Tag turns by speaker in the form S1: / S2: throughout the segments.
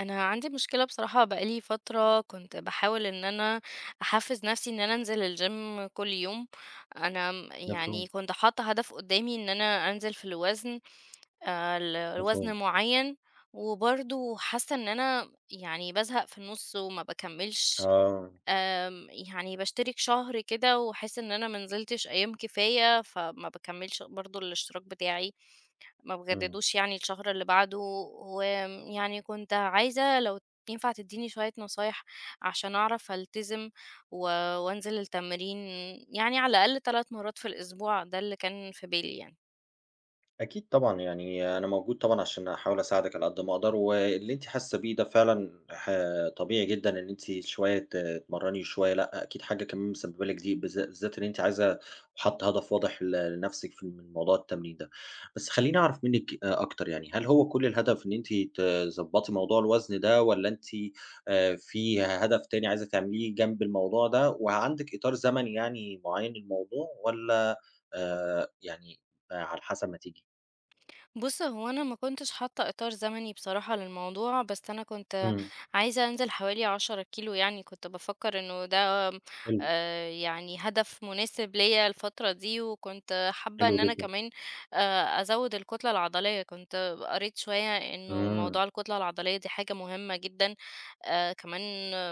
S1: انا عندي مشكله بصراحه بقالي فتره كنت بحاول ان انا احفز نفسي ان انا انزل الجيم كل يوم. انا يعني
S2: مفهوم،
S1: كنت حاطه هدف قدامي ان انا انزل في الوزن، لوزن
S2: مفهوم.
S1: معين. وبرضه حاسه ان انا يعني بزهق في النص وما بكملش.
S2: آه،
S1: يعني بشترك شهر كده واحس ان انا منزلتش ايام كفايه، فما بكملش برضه الاشتراك بتاعي، ما
S2: إمم.
S1: بجددوش يعني الشهر اللي بعده. ويعني كنت عايزة لو ينفع تدّيني شوية نصايح عشان أعرف ألتزم و وأنزل التمرين يعني على الأقل 3 مرات في الأسبوع، ده اللي كان في بالي يعني.
S2: أكيد طبعًا، يعني أنا موجود طبعًا عشان أحاول أساعدِك على قد ما أقدر، واللي أنتِ حاسة بيه ده فعلًا طبيعي جدًا إن أنتِ شوية تتمرّني وشوية لأ، أكيد حاجة كمان مسببة لِك ضيق بالذات إن أنتِ عايزة وحاطة هدف واضح لنفسِك من موضوع التمرين ده. بس خلّيني أعرف منِّك أكتر يعني، هل هو كل الهدف إن أنتِ تضبّطي موضوع الوزن ده والّا أنتِ في هدف تاني عايزة تعمليه جنب الموضوع ده؟ وعندِك إطار زمني يعني معيّن للموضوع والّا يعني آه، على حسب ما تيجي؟
S1: بُص، هو أنا ما كنتش حاطة إطار زمني بصراحة للموضوع، بس أنا كنت
S2: إمم،
S1: عايزة أنزل حوالي 10 كيلو يعني، كنت بافكر إنه ده
S2: حلو،
S1: يعني هدف مناسب ليّا الفترة دي، وكنت حابة
S2: حلو
S1: إن أنا
S2: جدًا،
S1: كمان أزوّد الكتلة العضلية، كنت قريت شوية إنه
S2: إمم،
S1: موضوع الكتلة العضلية دي حاجة مهمة جدًا. كمان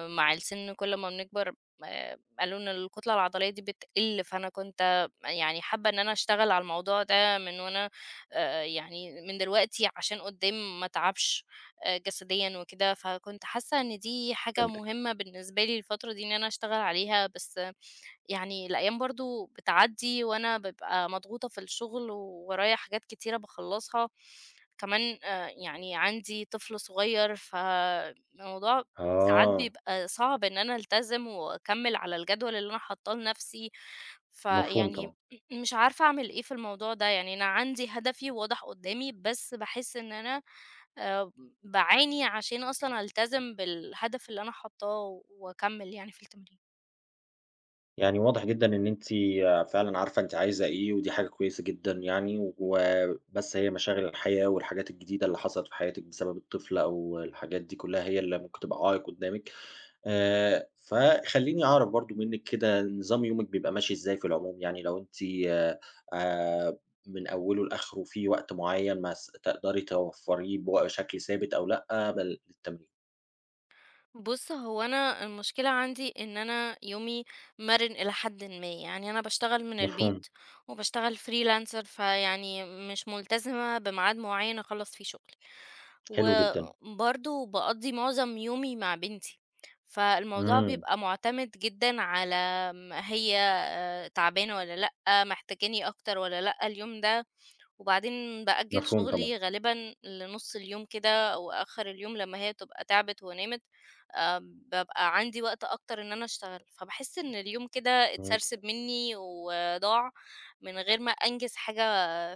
S1: مع السن كل ما بنكبر قالوا إن الكتلة العضلية دي بتقل، فأنا كنت يعني حابة إن أنا أشتغل على الموضوع ده من وأنا يعني من دلوقتي عشان قدّام ما اتعبش جسديًا وكده، فكنت حاسة إن دي حاجة
S2: فهمتِك،
S1: مهمة بالنسبة لي الفترة دي إن أنا أشتغل عليها. بس يعني الأيام برضه بتعدّي وأنا بابقى مضغوطة في الشغل وورايا حاجات كتيرة باخلّصها، كمان يعني عندي طفل صغير، فالموضوع ساعات
S2: آه،
S1: بيبقى صعب إن أنا ألتزم وأكمّل على الجدول اللي أنا حاطاه لنفسي،
S2: مفهوم
S1: فيعني
S2: طبعًا،
S1: مش عارفة أعمل إيه في الموضوع ده. يعني أنا عندي هدفي واضح قدّامي، بس باحس إن أنا آآ باعاني عشان أصلًا ألتزم بالهدف اللي أنا حاطاه وأكمّل يعني في التمرين.
S2: يعني واضح جدًا إن أنتِ فعلًا عارفة أنتِ عايزة إيه، ودي حاجة كويسة جدًا يعني، وبس هي مشاغل الحياة والحاجات الجديدة اللي حصلت في حياتِك بسبب الطفل أو الحاجات دي كلها هي اللي ممكن تبقى عائق قدامِك، فخلّيني أعرف برضه منِّك كده نظام يومِك بيبقى ماشي إزاي في العموم، يعني لو أنتِ آآ، من أوله لآخره في وقت معين تقدري توفّريه بشكل ثابت أو لأ للتمرين؟
S1: بُص، هو أنا المشكلة عندي إن أنا يومي مَرِن إلى حدٍ ما، يعني أنا باشتغل من
S2: مفهوم،
S1: البيت وباشتغل freelancer، فيعني مش ملتزمة بميعاد معيّن أخلّص فيه شغلي،
S2: حلو جدًا،
S1: وبرضه باقضّي معظم يومي مع بنتي، فالموضوع
S2: إمم،
S1: بيبقى معتمد جدًا على هي تعبانة والّا لأ، محتاجاني أكتر والّا لأ اليوم ده. وبعدين بأجل
S2: مفهوم طبعًا،
S1: شغلي غالبًا لنُص اليوم كده أو آخر اليوم لمّا هي تبقى تعبت ونامت، آآ، بابقى عندي وقت أكتر إن أنا أشتغل، فباحس إن اليوم كده
S2: إمم،
S1: اتسرسب مني وضاع من غير ما أنجز حاجة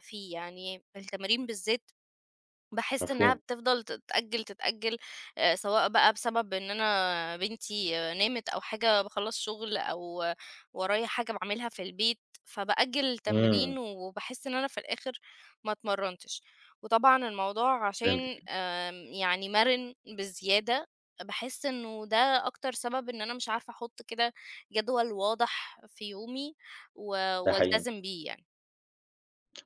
S1: فيه. يعني التمارين بالذات باحس إنها
S2: مفهوم،
S1: بتفضل تتأجل، تتأجل، سواء بقى بسبب إن أنا بنتي نامت أو حاجة باخلّص شغل أو ورايا حاجة باعملها في البيت، فبأجل
S2: إمم،
S1: التمرين وباحس إن أنا في الآخر ما اتمرنتش. وطبعًا الموضوع
S2: فهمتِك،
S1: عشان يعني مَرِن بزيادة، باحس إنه ده أكتر سبب إن أنا مش عارفة أحط كده جدول واضح في يومي و
S2: ده حقيقي.
S1: والتزم بيه يعني.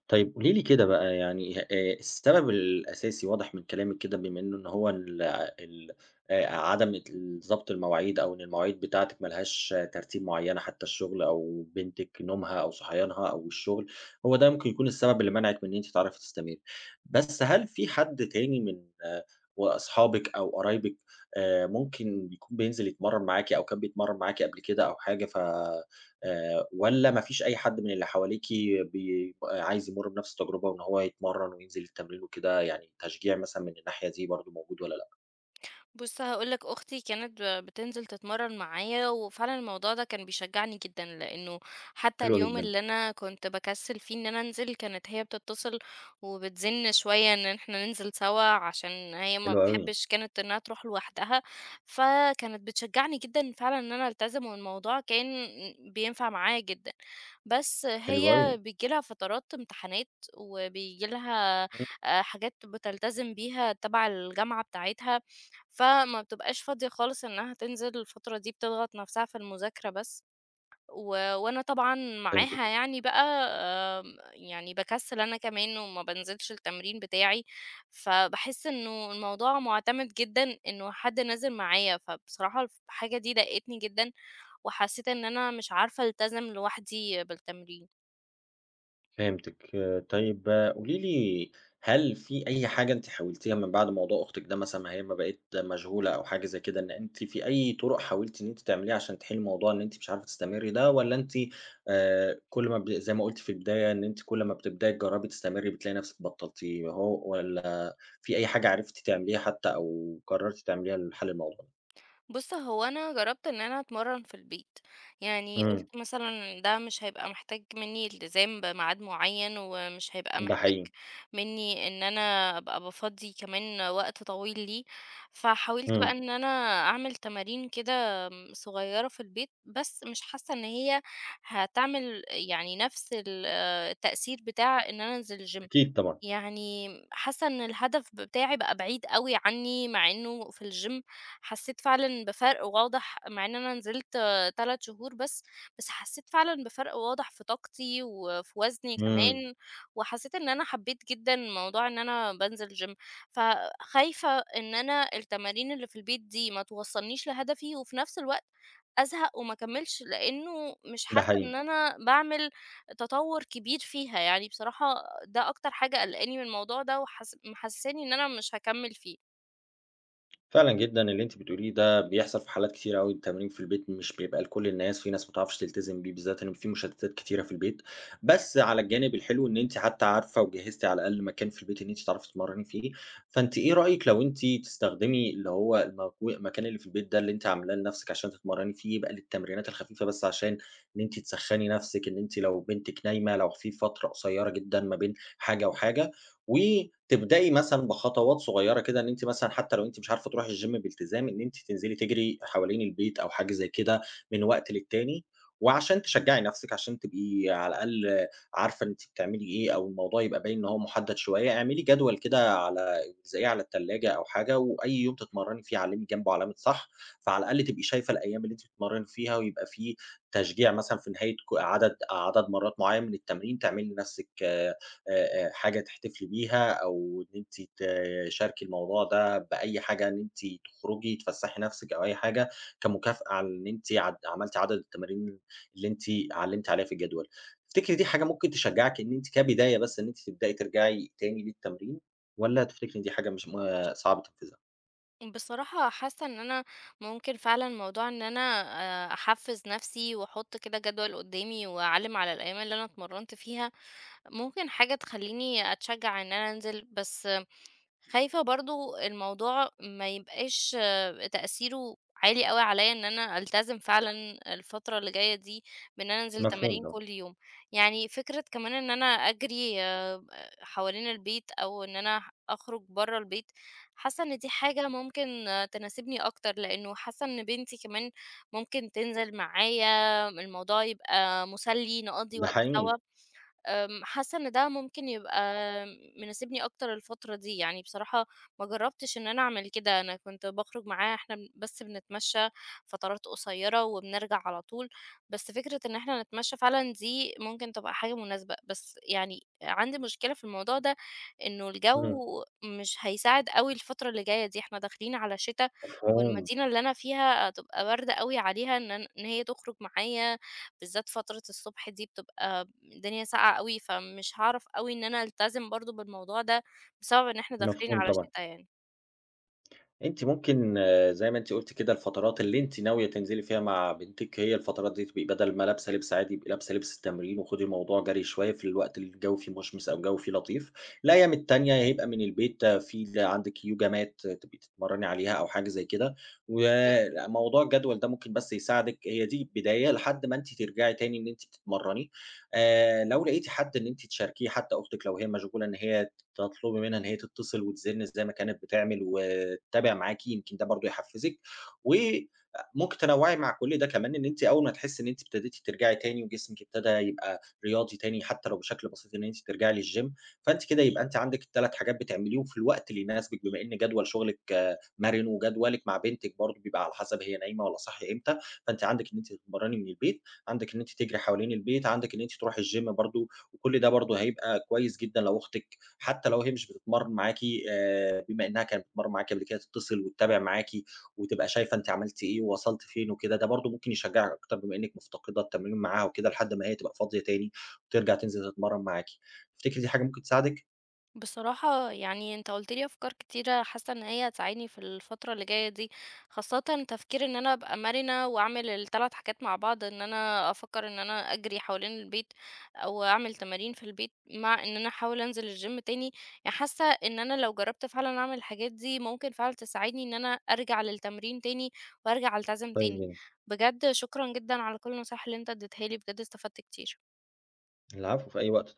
S2: طيب قولي لي كده بقى يعني السبب الأساسي واضح من كلامِك كده بما إنه إن هو ال ال عدم ال ضبط المواعيد أو إن المواعيد بتاعتِك ما لهاش ترتيب معيّنة حتى الشغل أو بنتِك نومها أو صحيانها أو الشغل، هو ده ممكن يكون السبب اللي منعِك من إن أنتِ تعرفي تستمري. بس هل في حد تاني من آه، وأصحابِك أو قرايبِك ممكن يكون بينزل يتمرّن معاكِ أو كان بيتمرّن معاكِ قبل كده أو حاجة ف والّا ما فيش أي حد من اللي حواليكِ بيبقى عايز يمُر بنفس التجربة وإن هو يتمرّن وينزل التمرين وكده، يعني تشجيع مثلًا من الناحية دي برضه موجود والّا لأ؟
S1: بُص، هاقول لك أختي كانت بتنزل تتمرّن معايا، وفعلًا الموضوع ده كان بيشجّعني جدًا، لإنه حتى
S2: حلو
S1: اليوم
S2: جدًا،
S1: اللي أنا كنت باكسّل فيه إن أنا أنزل، كانت هي بتتصل وبتزِن شوية إن إحنا ننزل سوا، عشان هي ما
S2: حلو أوي،
S1: بتحبش كانت إنها تروح لوحدها، فكانت بتشجّعني جدًا فعلًا إن أنا ألتزم، والموضوع كان بينفع معايا جدًا. بس
S2: حلو
S1: هي
S2: أوي،
S1: بييجي لها فترات امتحانات، وبييجي لها
S2: إمم،
S1: حاجات بتلتزم بيها تبع الجامعة بتاعتها. فما بتبقاش فاضية خالص إنها تنزل الفترة دي، بتضغط نفسها في المذاكرة بس، و وأنا طبعًا معاها
S2: فهمتِك.
S1: يعني بقى، يعني باكسّل أنا كمان وما بانزلش التمرين بتاعي، فباحس إنه الموضوع مُعتمد جدًا إنه حد نازل معايا. فبصراحة الحاجة دي ضايقتني جدًا وحسّيت إن أنا مش عارفة ألتزم لوحدي بالتمرين.
S2: فهمتِك. آه، طيب قولي لي، هل في أي حاجة أنتِ حاولتيها من بعد موضوع أختِك ده مثلًا ما هي ما بقِت مشغولة أو حاجة زي كده، إن أنتِ في أي طُرق حاولتِ إن أنتِ تعمليها عشان تحلّي موضوع إن أنتِ مش عارفة تستمرّي ده والّا أنتِ كل ما زي ما قُلتِ في البداية إن أنتِ كل ما بتبدئي تجرّبي تستمرّي بتلاقي نَفْسِك بطّلتيه هو والّا في أي حاجة عرفتِ تعمليها حتى أو قرّرتِ تعمليها لحَل الموضوع ده؟
S1: بُص، هو أنا جرّبت إن أنا أتمرّن في البيت، يعني
S2: إمم.
S1: قُلت مثلًا ده مش هيبقى محتاج منّي التزام بميعاد معيّن، ومش هيبقى
S2: ده
S1: محتاج
S2: حقيقي.
S1: منّي إن أنا أبقى بافضّي كمان وقت طويل ليه، فحاولت بقى
S2: إمم.
S1: إن أنا أعمل تمارين كده صغيّرة في البيت، بس مش حاسّة إن هي هتعمل يعني نَفْس التأثير بتاع إن أنا أنزل الgym.
S2: أكيد طبعًا.
S1: يعني حاسة إن الهدف بتاعي بقى بعيد أوي عني، مع إنه في الجيم حسيت فعلًا بفرق واضح مع إن أنا نزلت 3 شهور بس، بس حسيت فعلًا بفرق واضح في طاقتي وفي وزني
S2: إمم.
S1: كمان، وحسيت إن أنا حبيت جدًا موضوع إن أنا بانزل جيم، فخايفة إن أنا التمارين اللي في البيت دي ما توصلنيش لهدفي، وفي نفس الوقت أزهق وما أكملش، لأنه مش
S2: ده
S1: حاسة إن
S2: حقيقي.
S1: أنا باعمل تطور كبير فيها. يعني بصراحة ده أكتر حاجة قلقاني من الموضوع ده وحاس محسساني إن أنا مش هاكمل فيه.
S2: فعلًا جدًا، اللي أنتِ بتقوليه ده بيحصل في حالات كتيرة أوي، التمرين في البيت مش بيبقى لكل الناس، في ناس ما بتعرفش تلتزم بيه، بالذات إن في مشتتات كتيرة في البيت، بس على الجانب الحلو إن أنتِ حتى عارفة وجهزتِ على الأقل مكان في البيت إن أنتِ تعرفي تتمرني فيه، فأنتِ إيه رأيِك لو أنتِ تستخدمي اللي هو المكان اللي في البيت ده اللي أنتِ عاملاه لنفسِك عشان تتمرني فيه، يبقى للتمرينات الخفيفة بس عشان إن أنتِ تسخّني نفسِك، إن أنتِ لو بنتِك نايمة، لو في فترة قصيرة جدًا ما بين حاجة وحاجة، وتبدئي مثلًا بخطوات صغيرة كده، إن أنتِ مثلًا حتى لو أنتِ مش عارفة تروحي الgym بالتزام، إن أنتِ تنزلي تجري حوالين البيت أو حاجة زي كده من وقت للتاني، وعشان تشجعي نفسِك، عشان تبقي على الأقل عارفة أنتِ بتعملي إيه، أو الموضوع يبقى باين إن هو محدد شوية، اعملي جدول كده على زي على التلاجة أو حاجة، وأي يوم تتمرني فيه علمي جنبه علامة صح، فعلى الأقل تبقي شايفة الأيام اللي أنتِ بتتمرني فيها، ويبقى في تشجيع مثلًا في نهاية ك عدد عدد مرات معين من التمرين، تعملي لنفسِك آآ، حاجة تحتفلي بيها أو إن أنتِ تشاركي الموضوع ده بأي حاجة، إن أنتِ تخرجي تفسّحي نَفْسِك أو أي حاجة كمكافأة على إن أنتِ عملتِ عدد التمارين اللي أنتِ علّمتِ عليها في الجدول. تفتكري دي حاجة ممكن تشجّعِك إن أنتِ كبداية بس إن أنتِ تبدئي ترجعي تاني للتمرين والّا تفتكري إن دي حاجة مش صعب تنفيذها؟
S1: بصراحة حاسة إن أنا ممكن فعلًا موضوع إن أنا أحفّز نفسي وأحط كده جدول قدّامي وأعلّم على الأيام اللي أنا اتمرنت فيها، ممكن حاجة تخلّيني أتشجع إن أنا أنزل، بس خايفة برضه الموضوع ما يبقاش تأثيره عالي أوي عليّا إن أنا ألتزم فعلًا الفترة اللي جاية دي بإن أنا أنزل
S2: مفهوم
S1: تمارين
S2: طبعًا،
S1: كل يوم. يعني فكرة كمان إن أنا أجري حوالين البيت أو إن أنا أخرج برّه البيت، حاسة إن دي حاجة ممكن تناسبني أكتر، لإنه حاسة إن بنتي كمان ممكن تنزل معايا، الموضوع يبقى مسلي، نقضّي
S2: ده
S1: وقت سوا.
S2: حقيقي،
S1: حاسة إن ده ممكن يبقى مناسبني أكتر الفترة دي، يعني بصراحة ما جرّبتش إن أنا أعمل كده، أنا كنت باخرج معاه، إحنا بس بنتمشى فترات قصيرة وبنرجع على طول، بس فكرة إن إحنا نتمشى فعلًا دي ممكن تبقى حاجة مناسبة. بس يعني عندي مشكلة في الموضوع ده، إنه الجو
S2: إمم،
S1: مش هيساعد أوي الفترة اللي جاية دي، إحنا داخلين على شتا،
S2: مفهوم،
S1: والمدينة اللي أنا فيها هتبقى باردة أوي عليها إن إن هي تخرج معايا، بالذات فترة الصبح دي بتبقى الدنيا ساقعة أوي، فمش هاعرف أوي إن أنا ألتزم برضه بالموضوع ده بسبب إن إحنا داخلين
S2: مفهوم
S1: على
S2: طبعًا.
S1: شتا يعني.
S2: أنتِ ممكن آه، زي ما أنتِ قُلتِ كده الفترات اللي أنتِ ناوية تنزلي فيها مع بنتِك هي الفترات دي تبقي بدل ما لابسة لبس عادي، يبقي لابسة لبس التمرين وخدي الموضوع جري شوية في الوقت اللي الجو فيه مشمس أو الجو فيه لطيف. الأيام التانية هيبقى من البيت آه، في عندِك يوجا mat تبقي تتمرّني عليها أو حاجة زي كده. وموضوع الجدول ده ممكن بس يساعدِك هي دي بداية لحد ما أنتِ ترجعي تاني إن أنتِ تتمرّني. لو لقيتِ حد إن أنتِ تشاركيه حتى أختِك لو هي مشغولة إن هي تطلبي منها إن هي تتصل وتزن زي ما كانت بتعمل وتتابع معاكِ، يمكن ده برضه يحفّزِك، وممكن تنوّعي مع كل ده كمان إن أنتِ أول ما تحسّي إن أنتِ ابتديتِ ترجعي تاني وجسمِك ابتدى يبقى رياضي تاني حتى لو بشكل بسيط إن أنتِ ترجعي للGym، فأنتِ كده يبقى أنتِ عندِك الـ 3 حاجات بتعمليهم في الوقت اللي يناسبِك، بما إن جدول شغلِك آه، مَرِن وجدولِك مع بنتِك برضه بيبقى على حسب هي نايمة والّا صاحية إمتى، فأنتِ عندِك إن أنتِ تتمرّني من البيت، عندِك إن أنتِ تجري حوالين البيت، عندِك إن أنتِ تروحي الGym برضه، وكل ده برضه هيبقى كويس جدًا لو أختِك حتى لو هي مش بتتمرّن معاكِ بما إنها كانت بتتمرّن معاكِ قبل كده تتصل وتتابع معاكِ وتبقى شايفة أنتِ عملتِ إيه ووصلتِ فين وكده، ده برضه ممكن يشجّعِك أكتر بما إنِّك مفتقدة التمرين معاها وكده لحد ما هي تبقى فاضية تاني وترجع تنزل تتمرّن معاكِ. تفتكري دي حاجة ممكن تساعدِك؟
S1: بصراحة يعني انت قلت لي افكار كتيرة، حاسة ان هي هتساعدني في الفترة اللي جاية دي، خاصة تفكير ان انا ابقى مرنة واعمل الثلاث حاجات مع بعض، ان انا افكر ان انا اجري حوالين البيت او اعمل تمارين في البيت مع ان انا احاول انزل الجيم تاني. يعني حاسة ان انا لو جربت فعلا اعمل الحاجات دي ممكن فعلا تساعدني ان انا ارجع للتمرين تاني وارجع التزم
S2: كويس
S1: تاني.
S2: جدًا.
S1: بجد شكرا جدا على كل النصايح اللي انت اديتها لي، بجد استفدت كتير.
S2: العفو، في أي وقت.